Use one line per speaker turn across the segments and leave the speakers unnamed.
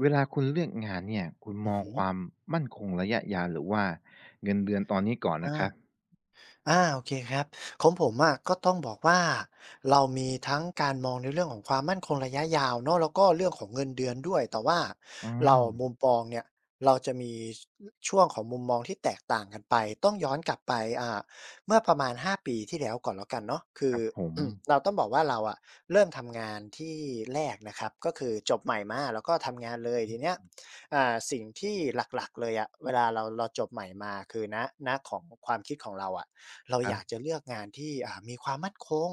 เวลาคุณเลือกงานเนี่ยคุณ
อื
ม
อ
อง
ฮึ
ค
อ
วามมั่นคงระยะยาวหรือว่าเงินเดือนตอนนี้ก่อนนะครับ
อ่า อาโอเคครับของผมอะก็ต้องบอกว่าเรามีทั้งการมองในเรื่องของความมั่นคงระยะยาวเนาะแล้วก็เรื่องของเงินเดือนด้วยแต่ว่า
อื
เรา
ม
มุมมองเนี่ยเราจะมีช่วงของมุมมองที่แตกต่างกันไปต้องย้อนกลับไปอ่าเมื่อประมาณ5ปีที่แล้วก่อนแล้วกันเนาะคื
ค
อ
รับผม
เราต้องบอกว่าเราอะเริ่มทำงานที่แรกนะครับก็คือจบใหม่มาแล้วก็ทำงานเลยทีเนี้ยสิ่งที่หลักๆเลยอะเวลาเราจบใหม่มาคือณของความคิดของเราอะ เรา
ค
อ
รั
ยากจะ
บ
เลือกงานที่มีความมั่นคง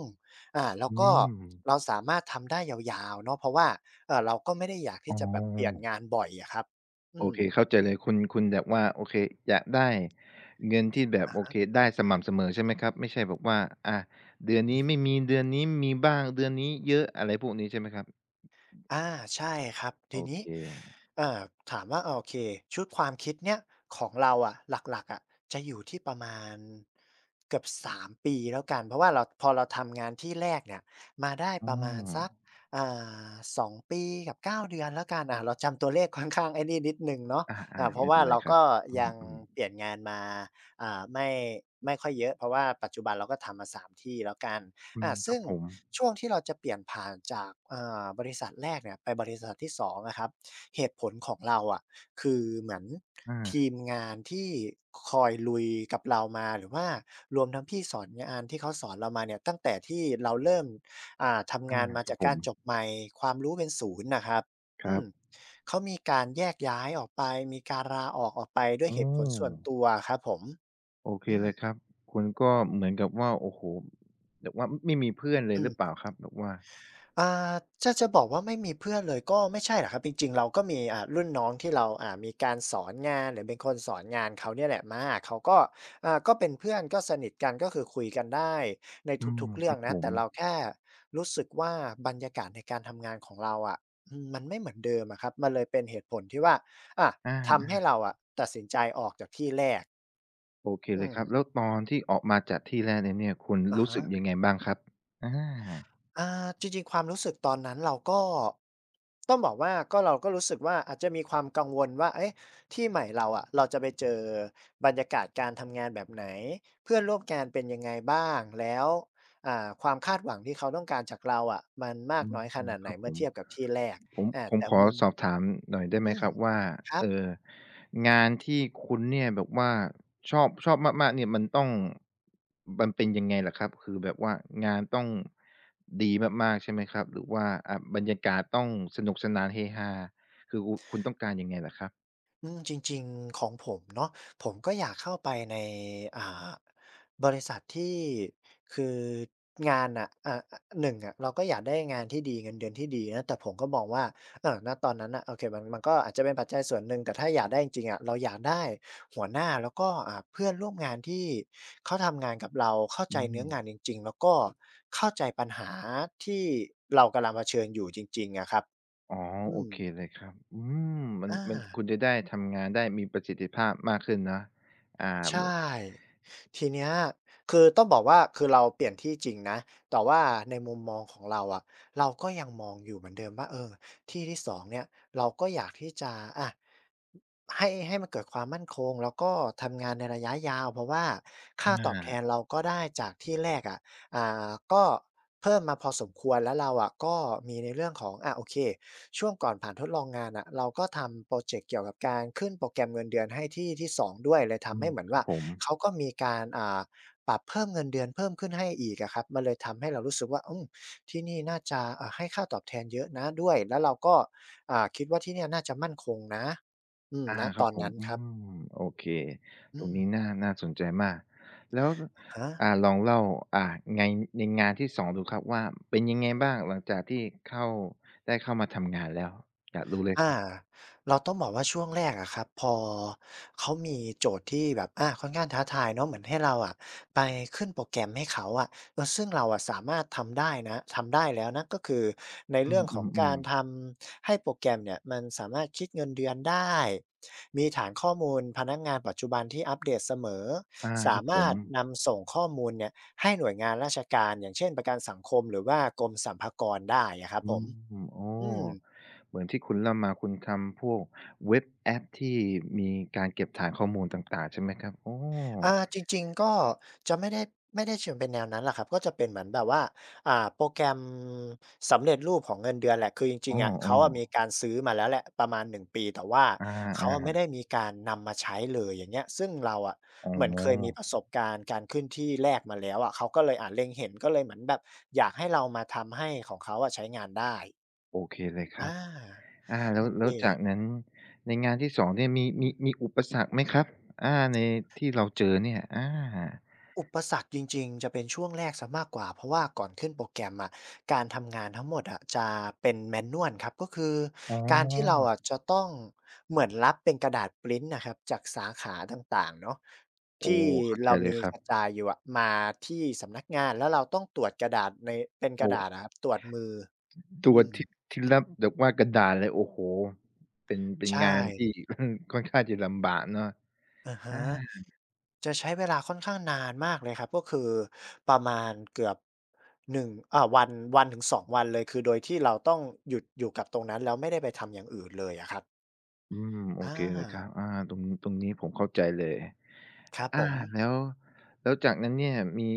แล้ว
อื
ก็
ม
เราสามารถทำได้ยาวๆเนาะเพราะว่าเราก็ไม่ได้อยาก
อ๋
ที่
อ
จะแบบเปลี่ยนงานบ่อยอะครับอื
โอ
ม
เคเข้าใจเลยคุณแบบว่าโอเคอยากได้เงินที่แบบโอเคได้สม่ำเสมอใช่ไหมครับไม่ใช่แบบว่าอาเดือนนี้ไม่มีเดือนนี้มีบ้างเดือนนี้เยอะอะไรพวกนี้ใช่ไหมครับ
อาใช่ครับ
โอ
ทีนี้
เค
เอ่อถามว่าโอเคชุดความคิดเนี่ยของเราอะหลักๆอะจะอยู่ที่ประมาณเกือบ3ปีแล้วกันเพราะว่าเราพอเราทำงานที่แรกเนี่ยมาได้
อ้
ประมาณสัก
อ
อ่า2ปีกับ9เดือนแล้วกันอ่าเราจำตัวเลขค่อนข้างไอ้นี่นิดหนึ่งเนาะ
อา
เพ
ๆ
ราะ
ไม่
ว่า
เป็นไร
เรา
ครับ
ก็ยัง
อืม
เปลี่ยนงานมาอ่าไม่ไม่ค่อยเยอะเพราะว่าปัจจุบันเราก็ทำมาสามที่แล้วกัน
ๆอื
อา
มครั
ซึ่
บ
ง
ผม
ช่วงที่เราจะเปลี่ยนผ่านจากบริษัทแรกเนี่ยไปบริษัทที่2องอะครับเหตุผลของเราอะคือเหมือน
อา
ทีมงานที่คอยลุยกับเรามาหรือว่ารวมทั้งพี่สอนงานที่เขาสอนเรามาเนี่ยตั้งแต่ที่เราเริ่ม
ๆ
ทำงานมา
ครับ
จาก
ผ
กา
ม
รจบใหม่ความรู้เป็นศูนย์น่ะครับ
ค
อื
รั
ม
บ
เขามีการแยกย้ายออกไปมีการลาออกออกไปด้วย
อ้อ
เหตุผลส่วนตัวอะครับผม
โอเค
อืม
เลยครับคุณก็เหมือนกับว่าโอ้โฮแบบว่าไม่มีเพื่อนเลยหรือเปล่าครับแบบว่า
อ่าจะจะบอกว่าไม่มีเพื่อนเลยก็ไม่ใช่หรอกครับจริงๆเราก็มีรุ่นน้องที่เรามีการสอนงานหรือเป็นคนสอนงานเขาเนี่ยแหละมาเขาก็ก็เป็นเพื่อนก็สนิทกันก็คือคุยกันได้ใน
อืม
ทุกๆ
ค
เรื่อง
รับผ
นะ
ม
แต่เราแค่รู้สึกว่าบรรยากาศในการทำงานของเราอะอืมมันไม่เหมือนเดิมอะครับมันเลยเป็นเหตุผลที่ว่าอ่าทำ
อา
ให้เราอะแต่แตก
โอเคเล
อื
ย
ม
ครับแล้วตอนที่ออกมาจากที่แรกเลยเนี่ยคุณ
อะ
รู้
ฮะ
สึกยังไงบ้างครับอา
อ่าจริงๆความรู้สึกตอนนั้นเราก็ต้องบอกว่าก็เราก็รู้สึกว่าอาจจะมีความกังวลว่าเอ๊ะที่ใหม่เราอะเราจะไปเจอบรรยากาศการทำงานแบบไหนเพื่อนร่วมงานเป็นยังไงบ้างแล้วอ่าความคาดหวังที่เขาต้องการจากเราอะมันมาก
อื
น้อยข
ม
นาด
ค
ไหน
รับผ
เมื่อ
ม
เทียบกับที่แรก
ผม
อา
ผม
แต่
ขอ
มุม
สอบถามหน่อยได้ไหม
อื
ค
ม
รับว่า
ครับ
เอ่องานที่คุณเนี่ยแบบว่าชอบมากๆเนี่ยมันต้องมันเป็นยังไงเหรอครับคือแบบว่างานต้องดีมากๆใช่ไหมครับหรือว่าบรรยากาศต้องสนุกสนานเฮฮาคือคุณต้องการยังไงเหรอครับ
อืมจริงๆของผมเนาะผมก็อยากเข้าไปในอ่าบริษัทที่คืองานน่ะอ่าอ1อะเราก็อยากได้งานที่ดีเงินเดือนที่ดีนะแต่ผมก็มองว่าณตอนนั้นน่ะโอเคมันก็อาจจะเป็นปัจจัยส่วนหนึ่งแต่ถ้าอยากได้จริงๆอะเราอยากได้หัวหน้าแล้วก็เพื่อนร่วมงานที่เขาทำงานกับเราเข้า
อื
ใจเนื้อ
ม
งานจริงๆแล้วก็เข้าใจปัญหาที่เรากำลังเผชิญอยู่จริงๆอะครับ
อ๋อ
อื
โอ
ม
เคเลยครับอืมมัน
อา
คุณจะได้ทำงานได้มีประสิทธิภาพมากขึ้นนะอ่าไม่
ใช่ทีเนี้ยคือต้องบอกว่าคือเราเปลี่ยนที่จริงนะแต่ว่าในมุมมองของเราอะเราก็ยังมองอยู่เหมือนเดิมว่าเออที่ที่สองเนี่ยเราก็อยากที่จะอะให้มันเกิดความมั่นคงแล้วก็ทำงานในระยะยาวเพราะว่าค่าตอบแท
อา
นเราก็ได้จากที่แรกอะ ก็เพิ่มมาพอสมควรแล้วเราอะก็มีในเรื่องของอาโอเคช่วงก่อนผ่านทดลองงานอ่ะเราก็ทำโปรเจกต์เกี่ยวกับการขึ้นโปรแกรมเงินเดือนให้ที่ที่2ด้วยเลย
อื
ทำ
ม
ให้เหมือน
ครั
ว่า
บผม
เขาก็มีการปรับเพิ่มเงินเดือนเพิ่มขึ้นให้อีกอะครับมันเลยทำให้เรารู้สึกว่าอืมที่นี่น่าจะให้ค่าตอบแทนเยอะนะด้วยแล้วเราก็คิดว่าที่เนี่ยน่าจะมั่นคงนะอืม
อา
นะ
ค
ต
รั
อ
บ
น
ผม
นั้น
อื
ครับ
มโอเคต
อื
รง
ม
นี้น่าสนใจมากแล้ว
ฮะ
ลองเล่าอ่าในในงานที่2ดูครับว่าเป็นยังไงบ้างหลังจากที่เข้าได้เข้ามาทำงานแล้วอยากรู้เลยค
อา
รับ
เราต้องบอกว่าช่วงแรกอะครับพอเขามีโจทย์ที่แบบค่อนข้างท้าทายเนาะเหมือนให้เราอะไปขึ้นโปรแกรมให้เขาอะซึ่งเราอะสามารถทำได้นะทำได้แล้วนะก็คือใน
อ
เรื่องของ
ื
กา
ม
รท
ๆ
ำให้โปรแกรมเนี่ยมันสามารถคิดเงินเดือนได้มีฐานข้อมูลพนักงานปัจจุบันที่อัปเดตเสมอ
ๆอาค
สา
รับผ
มา
ม
รถนำส่งข้อมูลเนี่ยให้หน่วยงานราชการอย่างเช่นประกันสังคมหรือว่ากรมสรรพากรได้อะครับ
อื
ผม
มอ๋อ
อืม
เหมือนที่คุณเล่ามาคุณทำพวกเว็บแอปที่มีการเก็บฐานข้อมูลต่างๆใช่ไหมครับอ้อ
จริงๆก็จะไม่ได้ไม่ได้เชิงเป็นแนวนั้นหรอกครับก็จะเป็นเหมือนแบบว่าโปรแกรมสำเร็จรูปของเงินเดือนแหละคือจริง
อ้
ๆอะเขาอะมี
อ
การซื้อมาแล้วแหละประมาณหนึ่งปีแต่ว่า
ๆอ
เขา
า
อะไม่ได้มีการนำมาใช้เลยอย่างเงี้ยซึ่งเราอะ
ๆอ๋อ
เหมือนเคยมีประสบการณ์การขึ้นที่แรกมาแล้วอะเขาก็เลยเล็งเห็นก็เลยเหมือนแบบอยากให้เรามาทำให้ของเขาอะใช้งานได้
โอเคเลยค
อา
รับ อาแล้
โอ
ว
เค
จากนั้นในงานที่2เนี่ย
อืม
มีอุปสรรคไหมครับอาในที่เราเจอเนี่ยอา
อุปสรรคจริงๆจะเป็นช่วงแรกเสียมากกว่าเพราะว่าก่อนขึ้นโปรแกรมอะการทำงานทั้งหมดอะจะเป็น Manual ครับก็คือ
อ๋อ
การที่เราอะจะต้องเหมือนรับเป็นกระดาษพรินต์น่ะครับจากสาขาต่างๆเนาะ
โอ้
ที่
เข้าใจ
เรา
เลย
มี
ครั
ก
บ
ระจายอยู่อะมาที่สำนักงานแล้วเราต้องตรวจกระดาษในเป็นกระ
โอ้
ดาษอะครับตรวจมือ
ตัว
อืม
ที่รับแบบว่ากระดาษเลยโอ้โฮเป็นเป็นงา
ใช่
นที่ ค่อนข้างจะลำบากเนาะ
อะฮะ
อา
จะใช้เวลาค่อนข้างนานมากเลยครับก็คือประมาณเกือบหนึ่งวันวันถึงสองวันเลยคือโดยที่เราต้องหยุดอยู่กับตรงนั้นแล้วไม่ได้ไปทำอย่างอื่นเลยอะครับ
อืมโอ
อา
เคเลยครับอาตรงนี้ผมเข้าใจเลย
ครับผ
อา
ม
แล้วจากนั้นเนี่ยมี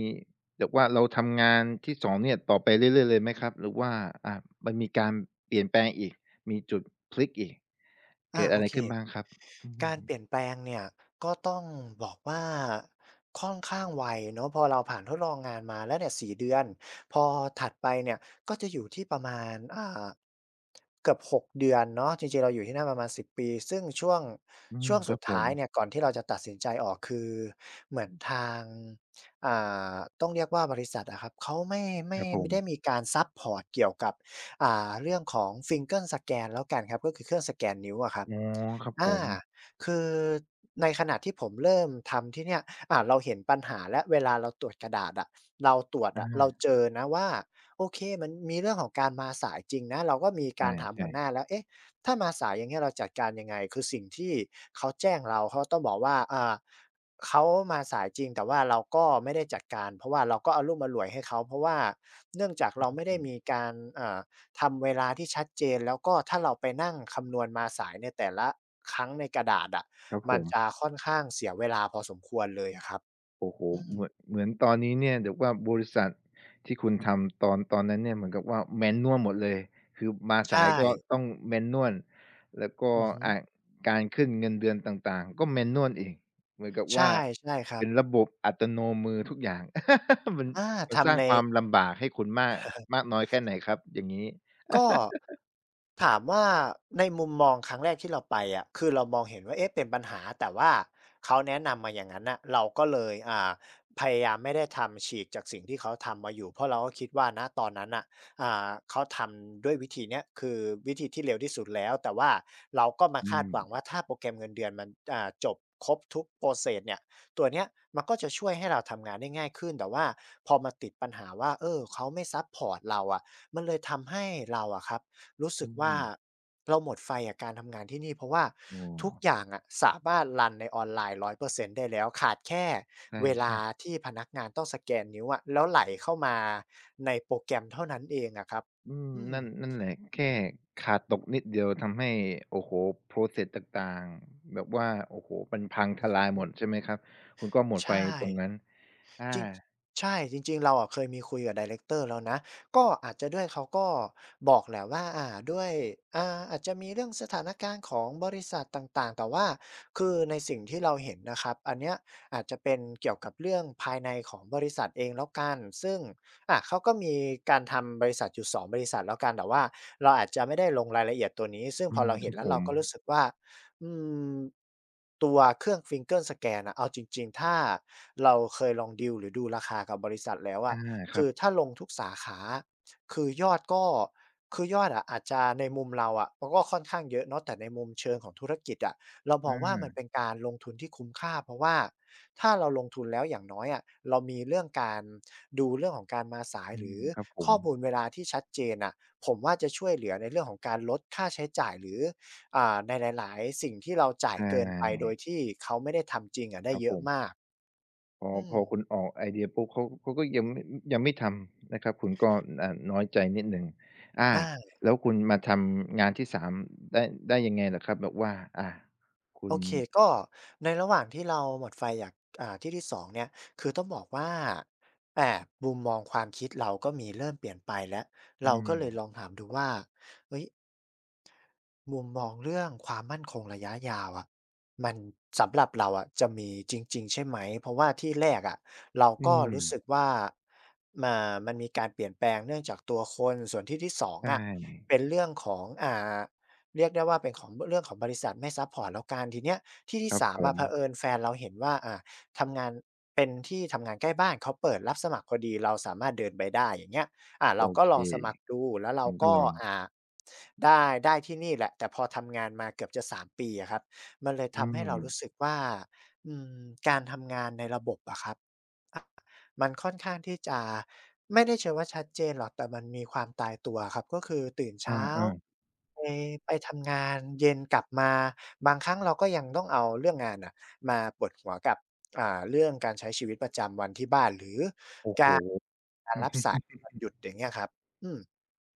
แบบว่าเราทำงานที่สองเนี่ยต่อไปเรื่อยๆเลยไหมครับหรือว่าอ่ามันมีการเปลี่ยนแปลงอีกมีจุดพลิกอีกเกิด
โอ
อะไร
เค
ขึ้นบ้างครับอื
กา
ม
รเปลี่ยนแปลงเนี่ยก็ต้องบอกว่าค่อนข้างไวเนาะพอเราผ่านทดลองงานมาแล้วเนี่ย4เดือนพอถัดไปเนี่ยก็จะอยู่ที่ประมาณเกือบ6เดือนเนาะจริงๆเราอยู่ที่นั่นประมาณ10ปีซึ่งช่วง
อืม
ช่วง
ค
สุ
รับ
ด
ผม
ท้ายเนี่ยก่อนที่เราจะตัดสินใจออกคือเหมือนทางอ่าต้องเรียกว่าบริษัทอะครับเขาไม่
ค
ไม่
รับผ
ไม่ได้มี
ม
การซัปพอร์ตเกี่ยวกับเรื่องของ finger สแกนแล้วกันครับก็คือเครื่องสแกนนิ้วอะครับ
อ๋อครับผ
อา
ม
คือในขณะที่ผมเริ่มทำที่เนี่ยเราเห็นปัญหาแล้วเวลาเราตรวจกระดาษอะเราตรวจอะเรา
อา
เจอนะว่าโอเคมันมีเรื่องของการมาสายจริงนะเราก็มี
ใช
การถามหั
่
วห
ๆ
น้าแล้วเอ๊ะถ้ามาสายอย่างเงี้ยเราจัดการยังไงคือสิ่งที่เขาแจ้งเราเขาต้องบอกว่าเขามาสายจริงแต่ว่าเราก็ไม่ได้จัดการเพราะว่าเราก็อารุ่มอาร่วยให้เขาเพราะว่าเนื่องจากเราไม่ได้
อืม
มีการอ่า ทำเวลาที่ชัดเจนแล้วก็ถ้าเราไปนั่งคำนวณมาสายในแต่ละครั้งในกระดาษอะ
ครับผ
มัน
ม
จะค่อนข้างเสียเวลาพอสมควรเลยอะครับ
โอ้โฮ
อืม
เหมือนเหมือนตอนนี้เนี่ยแบบว่าบริษัทที่คุณทำตอนตอนนั้นเนี่ยเหมือนกับว่า manual หมดเลยคือมาสาย
ใช่
ก็ต้อง manual แล้วก็
อือฮึ
อ่าการขึ้นเงินเดือนต่างๆก็ manual อีกเหมือนกับ
ใช่
ว่า
ใช่ครับ
เป็นระบบอัตโนมือทุกอย่าง มัน
อา
มันสร้า
ทำ
ง
ใน
ความลำบากให้คุณมากมากน้อยแค่ไหนครับอย่างงี้
ก็ถามว่าในมุมมองครั้งแรกที่เราไปอะคือเรามองเห็นว่าเอ๊ะเป็นปัญหาแต่ว่าเขาแนะนำมาอย่างนั้นน่ะเราก็เลยพยายามไม่ได้ทำฉีกจากสิ่งที่เขาทำมาอยู่เพราะเราก็คิดว่าณตอนนั้นน่ะเขาทำด้วยวิธีเนี้ยคือวิธีที่เร็วที่สุดแล้วแต่ว่าเราก็มา
อื
คาด
ม
หวังว่าถ้าโปรแกรมเงินเดือนมันจบครบทุก process เนี่ยตัวเนี้ยมันก็จะช่วยให้เราทำงานได้ง่ายขึ้นแต่ว่าพอมาติดปัญหาว่าเออเขาไม่ซัปพอร์ตเราอะ มันเลยทำให้เราอะครับรู้สึ
อื
กว่า
ม
เราหมดไฟกับการทำงานที่นี่เพราะว่า
อ๋อ
ทุกอย่างอะสามารถรันในออนไลน์100%ได้แล้วขาดแค่เวลา
ใช่ๆ
ที่พนักงานต้องสแกนนิ้วอะแล้วไหลเข้ามาในโปรแกรมเท่านั้นเองอะครับ
อืม
อือ
นั่นแหละแค่ขาดตกนิดเดียวทำให้โอ้โฮโพรเซสต่างๆแบบว่าโอ้โฮมันพังทลายห
ฮึ
มดใช่ไหมครับคุณก็หมดไฟ
ใช่
ตรงนั้นอา
จริงใช่จริงๆเราอะเคยมีคุยกับไดเรกเตอร์แล้วนะก็อาจจะด้วยเขาก็บอกแหละว่าด้วยอาจจะมีเรื่องสถานการณ์ของบริษัทต่างๆแต่ว่าคือในสิ่งที่เราเห็นนะครับอันเนี้ยอาจจะเป็นเกี่ยวกับเรื่องภายในของบริษัทเองแล้วกันซึ่งเขาก็มีการทำบริษัทอยู่สองบริษัทแล้วกันแต่ว่าเราอาจจะไม่ได้ลงรายละเอียดตัวนี้ซึ่งพ
อื
อ
ม
เรา
ค
เห็น
รับ
แล้
ผ
วเรา
ม
ก็รู้สึกว่า อืมตัวเครื่อง finger scan อร์สแกนอะเอาจริงๆถ้าเราเคยลองดีลหรือดูราคากับบริษัทแล้ว
อา
อะ
ครั
คื
บ
อถ้าลงทุกสาขาอคือยอดก็คือยอดอะอาจจะในมุมเราอะมันก็ค่อนข้างเยอะเนาะแต่ในมุมเชิงของธุรกิจอะเรามองว่ามัน
อา
เป็นการลงทุนที่คุ้มค่าเพราะว่าถ้าเราลงทุนแล้วอย่างน้อยอะเรามีเรื่องการดูเรื่องของการมาสาย
อื
หรื
ม
อ
ครับผม
ข้อมูลเวลาที่ชัดเจนน่ะผมว่าจะช่วยเหลือในเรื่องของการลดค่าใช้จ่ายหรือ ในหลายๆสิ่งที่เราจ่าย
ใช
เกินไปโด
่
ยที่เขาไม่ได้ทำจริงอะได้
ครับ
เย
ผ
อะ
ม
มาก
พอ
อืม
พอคุณออกไอเดียปุ๊บเขาก็ยังไม่ยังไม่ทำนะครับคุณก็น้อยใจนิดหนึ่งอา
อา
แล้วคุณมาทำงานที่3ได้ได้ยังไงเหรอครับแบบว่าอาคุ
โอ
ณ
เคก็ในระหว่างที่เราหมดไฟอยากที่ที่สองเนี่ยคือต้องบอกว่าแอบมุมมองความคิดเราก็มีเริ่มเปลี่ยนไปแล้ว
อื
เราก็
ม
เลยลองถามดูว่าเฮ้ย มุมมองเรื่องความมั่นคงระยะยาวอะมันสำหรับเราอะจะมีจริงๆใช่ไหมเพราะว่าที่แรกอะเรา
อื
ก็รู้สึก
ม
ว่ามันมีการเปลี่ยนแปลงเนื่องจากตัวคนส่วนที่2อ
ใช
งอะเป็
่
นเรื่องของเรียกได้ว่าเป็นของเรื่องของบริษัทไม่ซัปพอร์ตแล้วกันทีเนี้ยที่
ค
ที่
รับ
สาม
ผ
อะ
ม
เผอิญแฟนเราเห็นว่าทำงานเป็นที่ทำงานใกล้บ้านเขาเปิดรับสมัครพอดีเราสามารถเดินไปได้อย่างเงี้ย
โอ
เราก็
เค
ลองสมัครดูแล้วเรา
งัก็
ก็
ลอง
อ่าได้ที่นี่แหละแต่พอทำงานมาเกือบจะสามปีอะครับมันเลย
อื
ทำให้เรา
ม
รู้สึกว่าอืมการทำงานในระบบอะครับอะมันค่อนข้างที่จะไม่ได้เชิงว่าชัดเจนหรอกแต่มันมีความตายตัวครับก็คือตื่นเช้า
อาๆ
ไปไปทำงานเย็นกลับมาบางครั้งเราก็ยังต้องเอาเรื่องงานน่ะมาปวดหัวกับเรื่องการใช้ชีวิตประจำวันที่บ้านหรือ
โอ้โฮ
การรับสาย วันหยุดอย่างเงี้ยครับอืม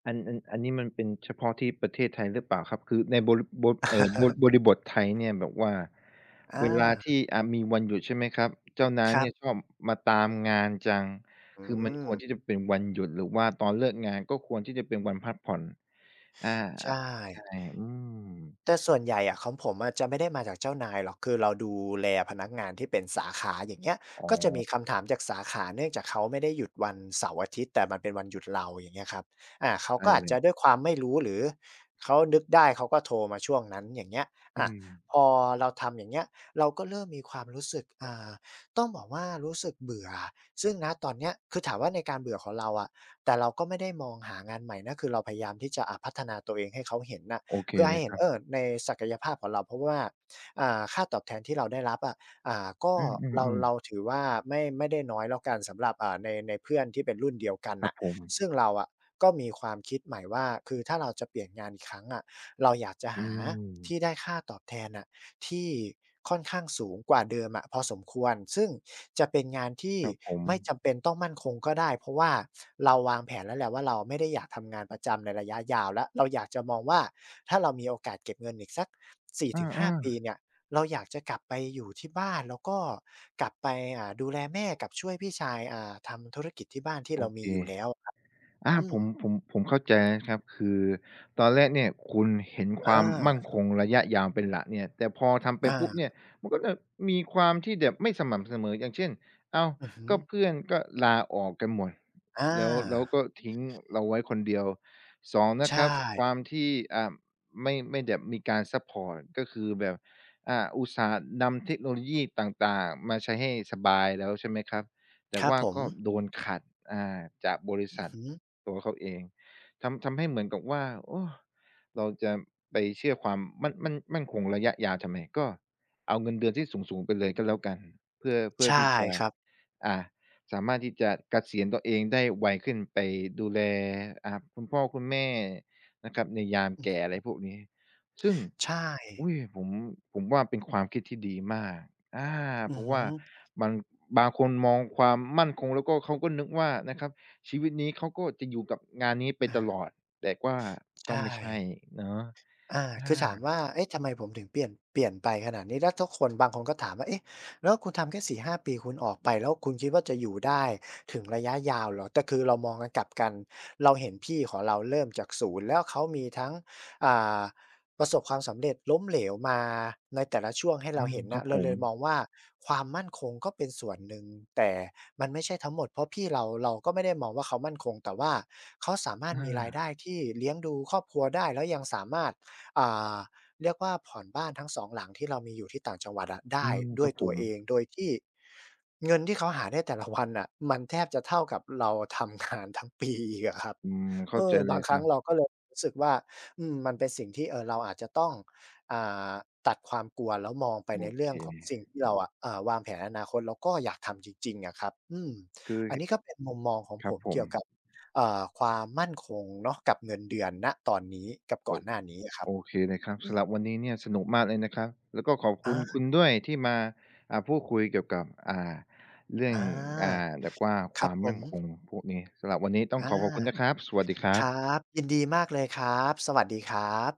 อันนี้มันเป็นเฉพาะที่ประเทศไทยหรือเปล่าครับคือในบริบทบ บริบทไทยเนี่ยแบบว่าเวลา
อา
ที่มีวันหยุดใช่ไหมครับเจ้านา
ค
ย
รั
เนี่ยช
บ
อบมาตามงานจัง
อื
คือมันค
ม
วรที่จะเป็นวันหยุดหรือว่าตอนเลิกงานก็ควรที่จะเป็นวันพักผ่อนอาอา
ใช่
ใช่อืม
แต่ส่วนใหญ่อะของผมอะจะไม่ได้มาจากเจ้านายหรอกคือเราดูแลพนักงานที่เป็นสาขาอย่างเงี้ย
อ๋อ
ก็จะมีคำถามจากสาขาเนื่องจากเขาไม่ได้หยุดวันเสาร์อาทิตย์แต่มันเป็นวันหยุดเราอย่างเงี้ยครับอาเขา
ใช่
ก็อา
เล
จ
ย
จะด้วยความไม่รู้หรือเขานึกได้เขาก็โทรมาช่วงนั้นอย่างเงี้ย
อื
อา
ม
พอเราทำอย่างเงี้ยเราก็เริ่มมีความรู้สึกต้องบอกว่ารู้สึกเบื่อซึ่งณตอนเนี้ยคือถามว่าในการเบื่อของเราอะแต่เราก็ไม่ได้มองหางานใหม่นะคือเราพยายามที่จะพัฒนาตัวเองให้เขาเห็นน่ะ
โอเค
เพื่อ
เล
ให้
ย
เห็
ค
น
รับ
เออในศักยภาพของเราเพราะว่าค่าตอบแทนที่เราได้รับอะก็
อื
เรา
ม
เรา
ๆ
ถือว่าไม่ได้น้อยแล้วกันสำหรับในเพื่อนที่เป็นรุ่นเดียวกัน
ๆครับ
น่ะ
ผม
ซึ่งเราอะก็มีความคิดใหม่ว่าคือถ้าเราจะเปลี่ยนงานอีกครั้งอะเราอยากจะ
อื
หาที่
ม
ได้ค่าตอบแทนน่ะที่ค่อนข้างสูงกว่าเดิมอะพอสมควรซึ่ง จะเป็นงานที่
ครับผม
ไม่จำเป็นต้องมั่นคงก็ได้เพราะว่าเราวางแผนแล้วแหละว่าเราไม่ได้อยากทำงานประจำในระยะยาวแล้วเราอยากจะมองว่าถ้าเรามีโอกาสเก็บเงินอีกสัก
อ
4-5ปี
า
เนี่ยเราอยากจะกลับไปอยู่ที่บ้านแล้วก็กลับไปดูแลแม่กับช่วยพี่ชายทำธุรกิจที่บ้าน
ๆ
ที่
โอ
เรา
เค
มีอยู่แล้วอะครับ
อา
อื
ผ
ม
มผมผมเข้าใจนะครับคือตอนแรกเนี่ยคุณเห็นค
อา
วามมั่นคงระยะยาวเป็นหลักเนี่ยแต่พอทำไป
อา
ปุ๊บเนี่ยมันก็จะมีความที่แบบไม่สม่ำเสมออย่างเช่นอ้าว
อือฮึ
ก็เพื่อนก็ลาออกกันหมด
อา
แล้วก็ทิ้งเราไว้คนเดียวสองนะค
ใช่
รับความที่อ่าไม่แบบมีการซัปพอร์ตก็คือแบบอุตส่าห์นำเทคโนโลยีต่างๆมาใช้ให้สบายแล้วใช่ไหมครับแต่
ครับ
ว่า
ผม
ก็โดนขัดอ่าจากบริ
อือ
ษัท
ฮึ
ตัวเขาเองทำให้เหมือนกับว่าโอ้เราจะไปเชื่อความมั่นคงระยะยาวทำไมก็เอาเงินเดือนที่สูงๆไปเลยก็แล้วกันเพื่อ
ใช่
ที่จะ
ครับ
อ่าสามารถที่จะเกษียณตัวเองได้ไวขึ้นไปดูแลคุณพ่อคุณแม่นะครับในยามแก่อะไรพวกนี้ซึ่ง
ใช่
อุ๊ยผมว่าเป็นความคิดที่ดีมากอา
อื
เพ
อ
ราะ
ฮึ
ว่ามันบางคนมองความมั่นคงแล้วก็เขาก็นึกว่านะครับ ชีวิตนี้เขาก็จะอยู่กับงานนี้ไป
อา
ตลอดแต่ว่าก็
ใช่
ไม่ใช่เนาะ
อาคือถาม
อา
ว่าเอ๊ะทำไมผมถึงเปลี่ยนไปขนาดนี้แล้วทุกคนบางคนก็ถามว่าเอ๊ะแล้วคุณทำแค่สี่ห้5ปีคุณออกไปแล้วคุณคิดว่าจะอยู่ได้ถึงระยะยาวเหรอแต่คือเรามองกันกลับกันเราเห็นพี่ของเราเริ่มจากศูนย์แล้วเขามีทั้งอ่าประสบความสำเร็จล้มเหลวมาในแต่ละช่วงให้เรา
อืม
เห็น
ครั
น่ะ
บ
เรา
ผ
เล
ม
ยมองว่าความมั่นคงก็เป็นส่วนหนึ่งแต่มันไม่ใช่ทั้งหมดเพราะพี่เราเราก็ไม่ได้มองว่าเขามั่นคงแต่ว่าเขาสามารถ
อ
มีรายได้
า
ที่เลี้ยงดูครอบครัวได้แล้วยังสามารถ อ่าเรียกว่าผ่อนบ้านทั้ง2หลังที่เรามีอยู่ที่ต่างจังหวัดอะได้
อืมค
ด้ว
รั
ย
บผ
ตัว
ม
เองโดยที่เงินที่เขาหาได้แต่ละวันน่ะมันแทบจะเท่ากับเราทำงานทั้งปีอีกอะครับ
อืม
เอ
เข้าใจ
อ
เล
บา
ย
งค
ค
รั้
รั
งเรา
บ
ก็เลยรู้สึกว่าอืมมันเป็นสิ่งที่เออเราอาจจะต้องอ่าตัดความกลัวแล้วมองไป
โอ
ใน
เค
เรื่องของสิ่งที่เราอะวางแผนอนาคตแล้วก็อยากทำจริงๆอะครับอืม
คือ
อันนี้ก็
ห
เป็นมุมมองของ
ค
ผ
รับ
ม
ผม
เกี่ยวกับความมั่นคงเนาะกับเงินเดือนณตอนนี้กับ
โอ
ก่อนหน้านี้อะครับ
โอเคเลยครับสำหรับวันนี้เนี่ยสนุกมากเลยนะครับ แล้วก็ขอบคุ
อา
ณคุณด้วยที่มาพูดคุยเกี่ยวกับเรื่อ
อ
ง
า
แบบว่าค
ครับ
วาม
ผ
มั่
ม
นคงพวกนี้สำหรับวันนี้ต้อง
อา
ขอขอบคุณนะครับสวัสดีครั
ครั
บ
บ ยินดีมากเลยครับ สวัสดีครับ